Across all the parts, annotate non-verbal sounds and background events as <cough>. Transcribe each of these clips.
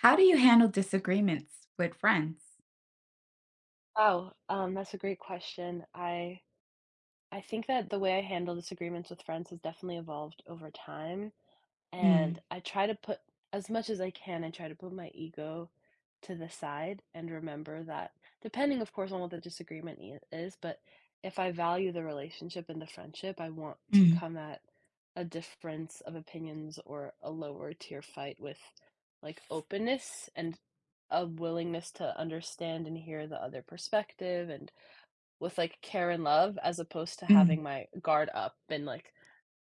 How do you handle disagreements with friends? Wow, that's a great question. I think that the way I handle disagreements with friends has definitely evolved over time, and Mm, I try to put as much as I can, I try to put my ego to the side and remember that, depending, of course, on what the disagreement is, but if I value the relationship and the friendship, I want to mm, come at a difference of opinions or a lower tier fight with openness and a willingness to understand and hear the other perspective and with, care and love as opposed to mm. having my guard up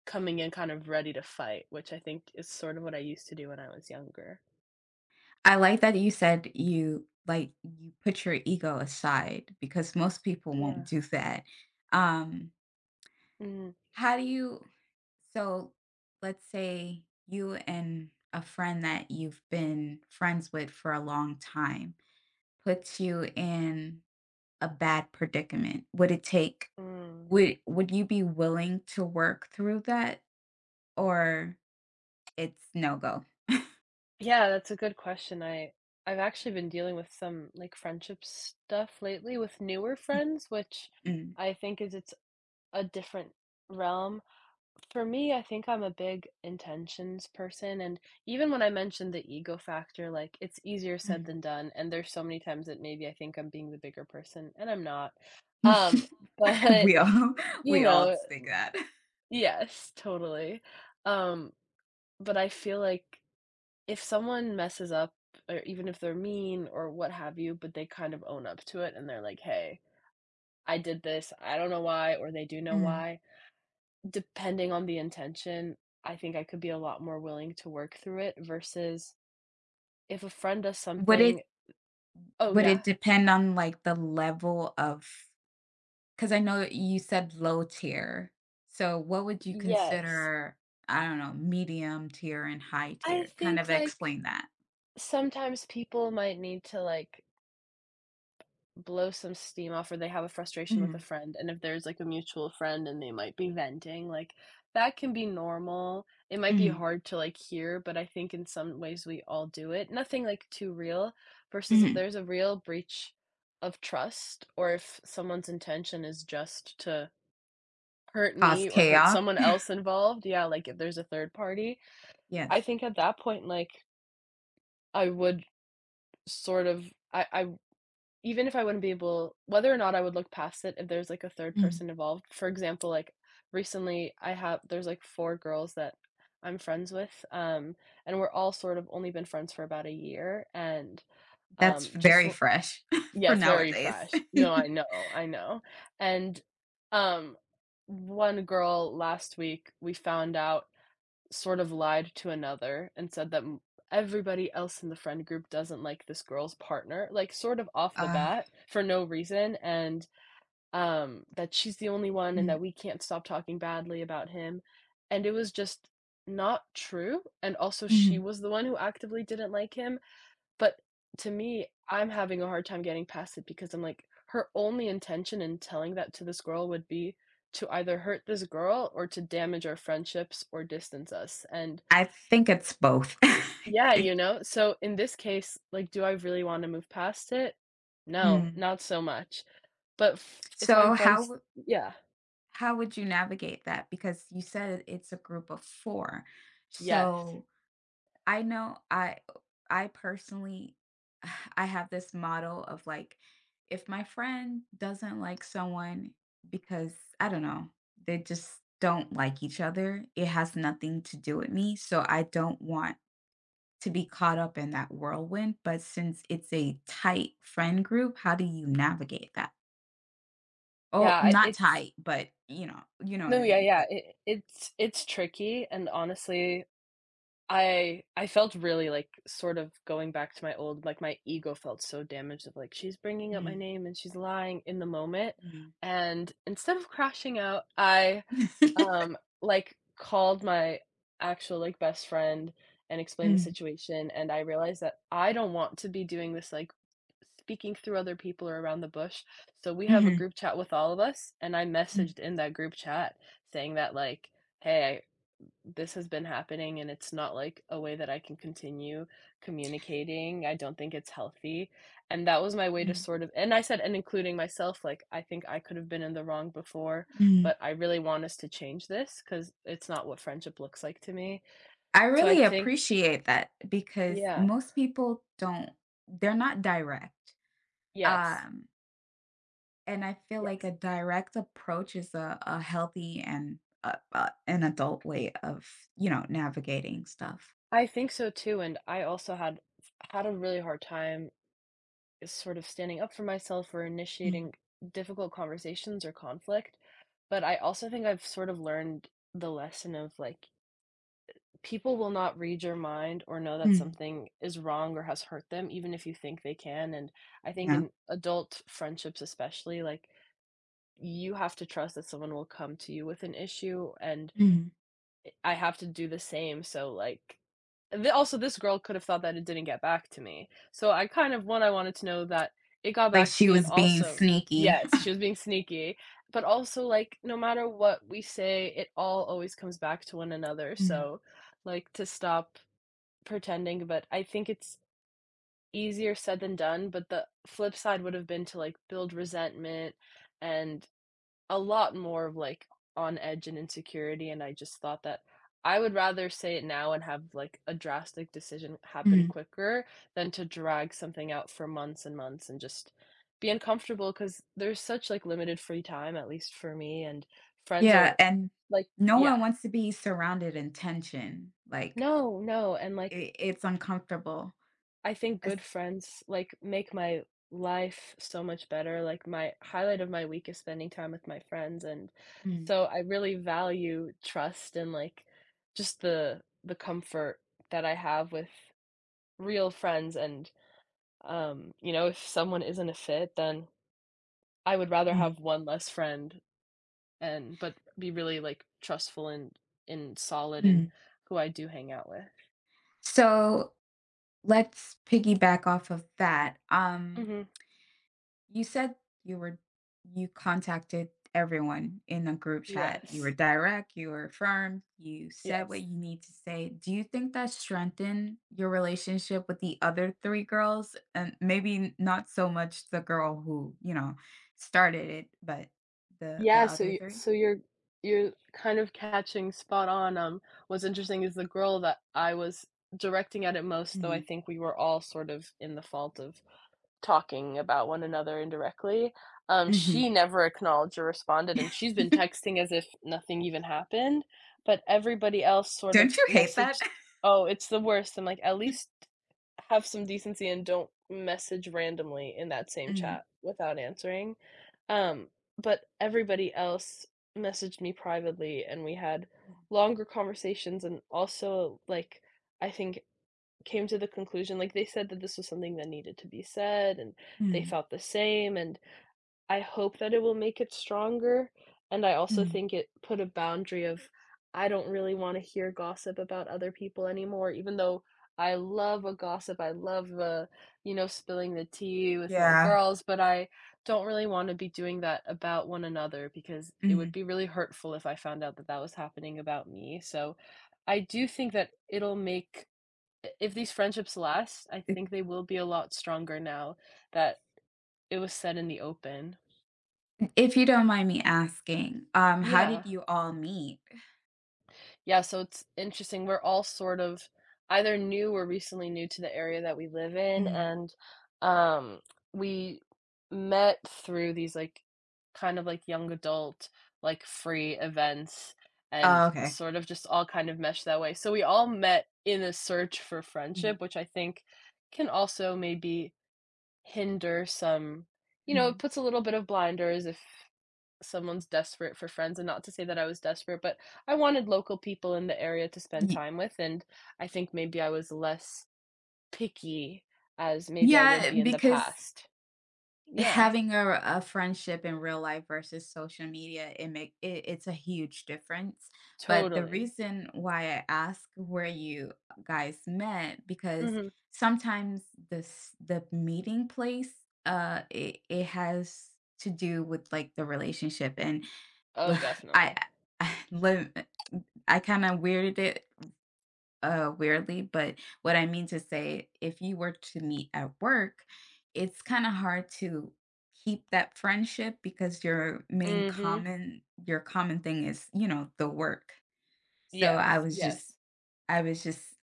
coming in kind of ready to fight, which I think is sort of what I used to do when I was younger. I like that you said you like you put your ego aside because most people won't Yeah. do that. Um, Mhm. how do you so let's say you and a friend that you've been friends with for a long time puts you in a bad predicament. Would it take Mm. Would you be willing to work through that, or it's no go? Yeah, that's a good question. I've actually been dealing with some, friendship stuff lately with newer friends, which Mm. I think is it's a different realm. For me, I think I'm a big intentions person. And even when I mentioned the ego factor, like it's easier said Mhm. than done. And there's so many times that maybe I think I'm being the bigger person and I'm not. Um, <laughs> but We <laughs> all <laughs> you we all know, think that. yes, totally. Um, but I feel like if someone messes up, or even if they're mean or what have you, but they kind of own up to it and they're like, hey, I did this, I don't know why, or they do know Mm. why. Depending on the intention, I think I could be a lot more willing to work through it versus if a friend does Would it something, oh, would it yeah? depend on, like, the level of? Because I know you said low tier, so what would you Yes. consider, I don't know, medium tier and high I tier? Kind of think, explain that. sometimes people might need to, blow some steam off or they have a frustration with a Mhm, friend and if there's like a mutual friend and they might be venting like that can be normal. It might be mhm, hard to like hear, but I think in some ways we all do it, nothing like too real, versus if mhm. there's a real breach of trust or if someone's intention is just to hurt Cause me or hurt chaos. someone <laughs> else involved, yeah, like if there's a third party, I Yes. think at that point like I would sort of I even if I wouldn't be able whether or not I would look past it if there's, a third Mm. person involved. For example, recently I have there's, like, 4 girls that I'm friends with, and we're all sort of only been friends for about a year, That's just very l— fresh <laughs> for Yes, very nowadays. fresh. <laughs> No, I know, and, um, one girl last week, we found out sort of lied to another and said that everybody else in the friend group doesn't like this girl's partner, like sort of off the Uh bat for no reason, and that she's the only one and that Mm, we can't stop talking badly about him. And it was just not true. And also, mhm. she was the one who actively didn't like him. But to me, I'm having a hard time getting past it because I'm like, her only intention in telling that to this girl would be to either hurt this girl or to damage our friendships or distance us. And I think it's both. yeah, <laughs> It you know? So, in this case, like, do I really wanna move past it? No, Mm. not so much. But f if So I'm friends, yeah, how would you navigate that? Because you said it's a group of four. yes. So I know I I personally <sighs> I have this model of like, if my friend doesn't like someone because I don't know, they just don't like each other, it has nothing to do with me. So I don't want to be caught up in that whirlwind. But since it's a tight friend group, how do you navigate that? Oh, Yeah, I not it's tight, but you know what no, I yeah, mean, yeah, like. it's tricky, and honestly, I felt really, like, sort of going back to my old like, my ego felt so damaged of, like, "She's bringing up my Mm, name and she's lying," in the moment, mhm. and instead of crashing out, I, <laughs> um, like, called my actual, like, best friend and explained the Mm, situation, and I realized that I don't want to be doing this, like, speaking through other people or around the bush, so we have a mhm, group chat with all of us, and I mm, messaged in that group chat saying that, like, "Hey, this has been happening and it's not like a way that I can continue communicating. I don't think it's healthy. And that was my way to mm, sort of, and I said, and including myself, like, I think I could have been in the wrong before, mhm. but I really want us to change this because it's not what friendship looks like to me. I So I really think, appreciate that because yeah, most people don't, they're not direct. yes, Um, and I feel like a yes. direct approach is a healthy and a an adult way of, you know, navigating stuff. I think so too. And I also had a really hard time sort of standing up for myself or Mm, initiating difficult conversations or conflict. But I also think I've sort of learned the lesson of like people will not read your mind or know that mm, something is wrong or has hurt them, even if you think they can. And I think yeah, in adult friendships, especially, like you have to trust that someone will come to you with an issue and mhm. I have to do the same, so, like the also, this girl could have thought that it didn't get back to me. So I kind of 1, I wanted to know that it got Like back to she me and was being also sneaky. yes, <laughs> she was being sneaky, but also, like, no matter what we say, it all always comes back to one another, Mm, so, like, to stop pretending, but I think it's easier said than done, but the flip side would have been to, like, build resentment and a lot more of, like, on edge and insecurity, and I just thought that I would rather say it now and have, like, a drastic decision happen mhm. quicker than to drag something out for months and months and just be uncomfortable because there's such, like, limited free time, at least for me, and friends Yeah, are and like, no one yeah. wants to be surrounded in tension. Like, No, no, it's uncomfortable. I think Es- good friends, like, make my life so much better, like, my highlight of my week is spending time with my friends, and mm, so I really value trust and, like, just the comfort that I have with real friends and, you know, if someone isn't a fit, then I would rather mm, have one less friend and but be really, like, trustful and solid in mm. who I do hang out with. So let's piggyback off of that. Mhm. You said you were you contacted everyone in a group chat. You were Yes. direct, you were firm, you said what Yes. you need to say. Do you think that strengthened your relationship with the other three girls? And maybe not so much the girl who, you know, started it, but the Yeah, so other you three? so you're you're kind of catching spot on, what's interesting is the girl that I was directing at it most, though Mm. I think we were all sort of in the fault of talking about one another indirectly. Hmm. She never acknowledged or responded, and she's been <laughs> texting as if nothing even happened. But everybody else sort of Don't you hate that? messaged, "Oh, it's the worst." I'm like, at least have some decency and don't message randomly in that same Mm, chat without answering. Um, but everybody else messaged me privately, and we had mm, longer conversations, and also like I think came to the conclusion like, they said that this was something that needed to be said, and they mm, felt the same, and I hope that it will make it stronger, and I also mm. think it put a boundary of, I don't really wanna hear gossip about other people anymore, even though I love a gossip, I love, you know, spilling the tea with my Yeah. girls, but I don't really wanna be doing that about one another because it would Mm. be really hurtful if I found out that that was happening about me, so I do think that it'll make I if these friendships last, I think they will be a lot stronger now that it was said in the open. If you don't mind me asking, how Yeah. did you all meet? Yeah, so it's interesting. We're all sort of either new or recently new to the area that we live in, Mm. and, um, we met through these, like, kind of, like, young adult, like, free events Oh, and okay. sort of just all kind of meshed that way. So we all met in a search for Mm, friendship, which I think can also maybe hinder some, you know, it mm. puts a little bit of blinders if someone's desperate for friends, and not to say that I was desperate, but I wanted local people in the area to spend Ye time with, and I think maybe I was less picky as maybe I would yeah, be in the because past. Yeah, having a friendship in real life versus social media, it make it it's a huge difference, but the totally. reason why I ask where you guys met, because Mhm. sometimes this the meeting place, it has to do with, like, the relationship. And <laughs> Oh, I definitely. I li I kinda weirded it, weirdly, but what I mean to say, if you were to meet at work, it's kind of hard to keep that friendship because your main Mhm. common your common thing is, you know, the work. So I Yes, was just yes. I was just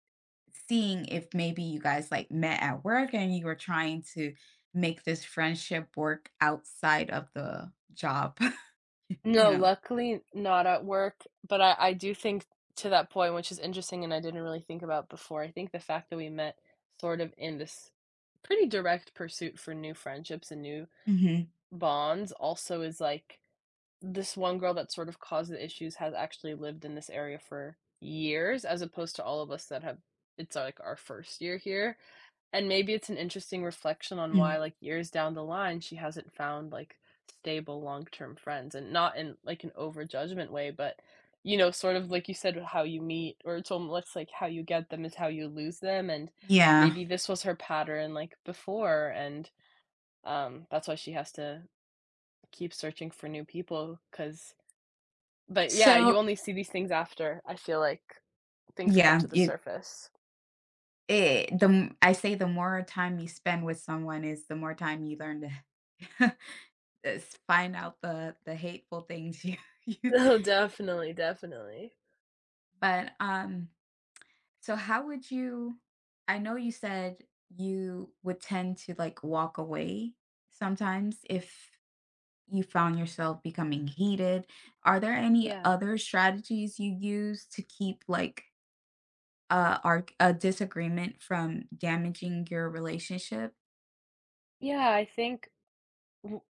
seeing if maybe you guys like met at work and you were trying to make this friendship work outside of the job, <laughs> you No, know. luckily not at work, but I do think to that point, which is interesting and I didn't really think about before, I think the fact that we met sort of in this pretty direct pursuit for new friendships and new Hmm. bonds also is like this one girl that sort of caused the issues has actually lived in this area for years, as opposed to all of us that have it's, like, our first year here, and maybe it's an interesting reflection on Hmm. why, like, years down the line, she hasn't found, like, stable long-term friends, and not in, like, an over-judgment way, but, you know, sort of like you said, how you meet or it's almost like how you get them is how you lose them, and Yeah. maybe this was her pattern, like, before, and that's why she has to keep searching for new people because. But yeah, you So only see these things after, I feel like things come yeah, to the surface. It the m I say the more time you spend with someone is the more time you learn to <laughs> s find out the hateful things you <laughs> you Oh, definitely, definitely. but, so how would you, I know you said you would tend to, like, walk away sometimes if you found yourself becoming heated. Are there any Yeah. other strategies you use to keep, like, arg a disagreement from damaging your relationship? Yeah, I think w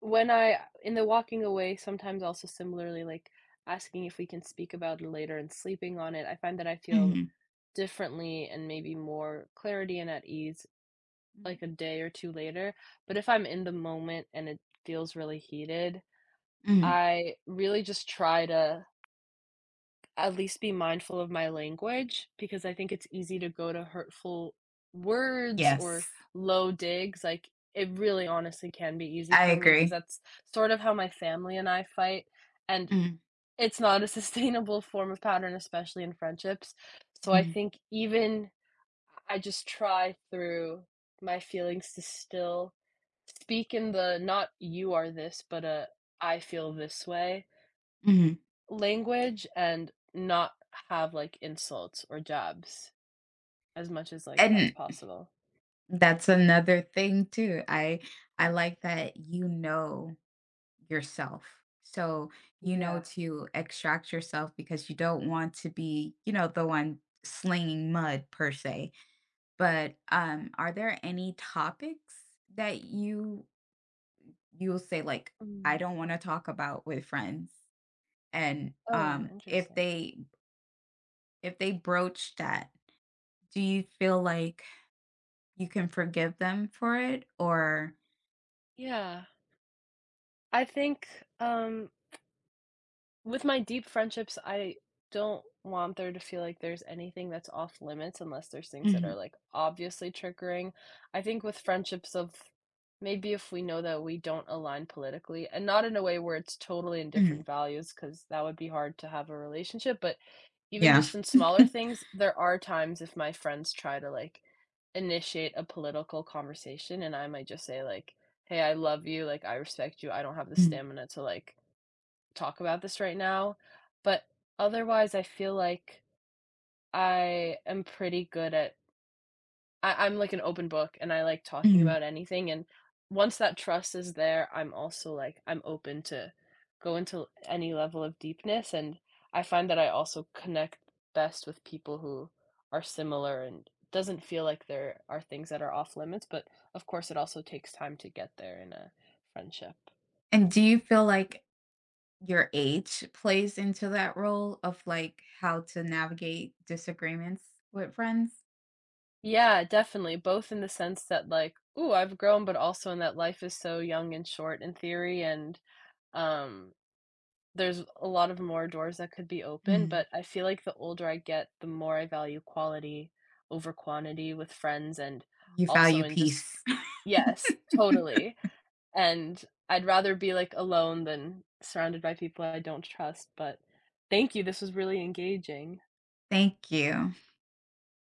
when I in the walking away, sometimes also similarly, like, asking if we can speak about it later and sleeping on it, I find that I feel Mhm. differently and maybe more clarity and at ease, Mm. like, a day or 2 later, but if I'm in the moment and it feels really heated, Mhm. I really just try to at least be mindful of my language because I think it's easy to go to hurtful words or Yes, low digs, like, it really honestly can be easy I for me because agree. that's sort of how my family and I fight, and Mhm, it's not a <laughs> sustainable form of pattern, especially in friendships. So I mhm, think even I just try through my feelings to still speak in the not "you are this," but a I feel this way." mhm. language and not have, like, insults or jabs as much as, like, that's And possible. that's another thing too. I like that you know yourself. So you know Yeah. to extract yourself because you don't want to be, the one slinging mud per se. But are there any topics that you'll say, like, I Mm. don't want to talk about with friends? And Oh, if interesting. they if they broach that, do you feel like you can forgive them for it, or? Yeah. I think, um, with my deep friendships, I don't want there to feel like there's anything that's off limits unless there's things that are, Mhm, like, obviously triggering. I think with friendships of maybe if we know that we don't align politically and not in a way where it's totally in mhm, different values, because that would be hard to have a relationship, but even yeah. just in smaller <laughs> things, there are times if my friends try to, like, initiate a political conversation, and I might just say, like, "Hey, I love you, like, I respect you, I don't have the Mm, stamina to, like, talk about this right now." But otherwise, I feel like I am pretty good at I'm like an open book and I like talking mhm. about anything, and once that trust is there, I'm also like I'm open to go into any level of deepness, and I find that I also connect best with people who are similar and doesn't feel like there are things that are off limits, but of course it also takes time to get there in a friendship. And do you feel like your age plays into that role of, like, how to navigate disagreements with friends? Yeah, definitely. Both in the sense that like, ooh, I've grown, but also in that life is so young and short in theory and um there's a lot of more doors that could be open, Mm. but I feel like the older I get, the more I value quality over quantity with friends and You value also in just peace. yes, <laughs> totally, and I'd rather be, like, alone than surrounded by people I don't trust, but thank you, this was really engaging. Thank you.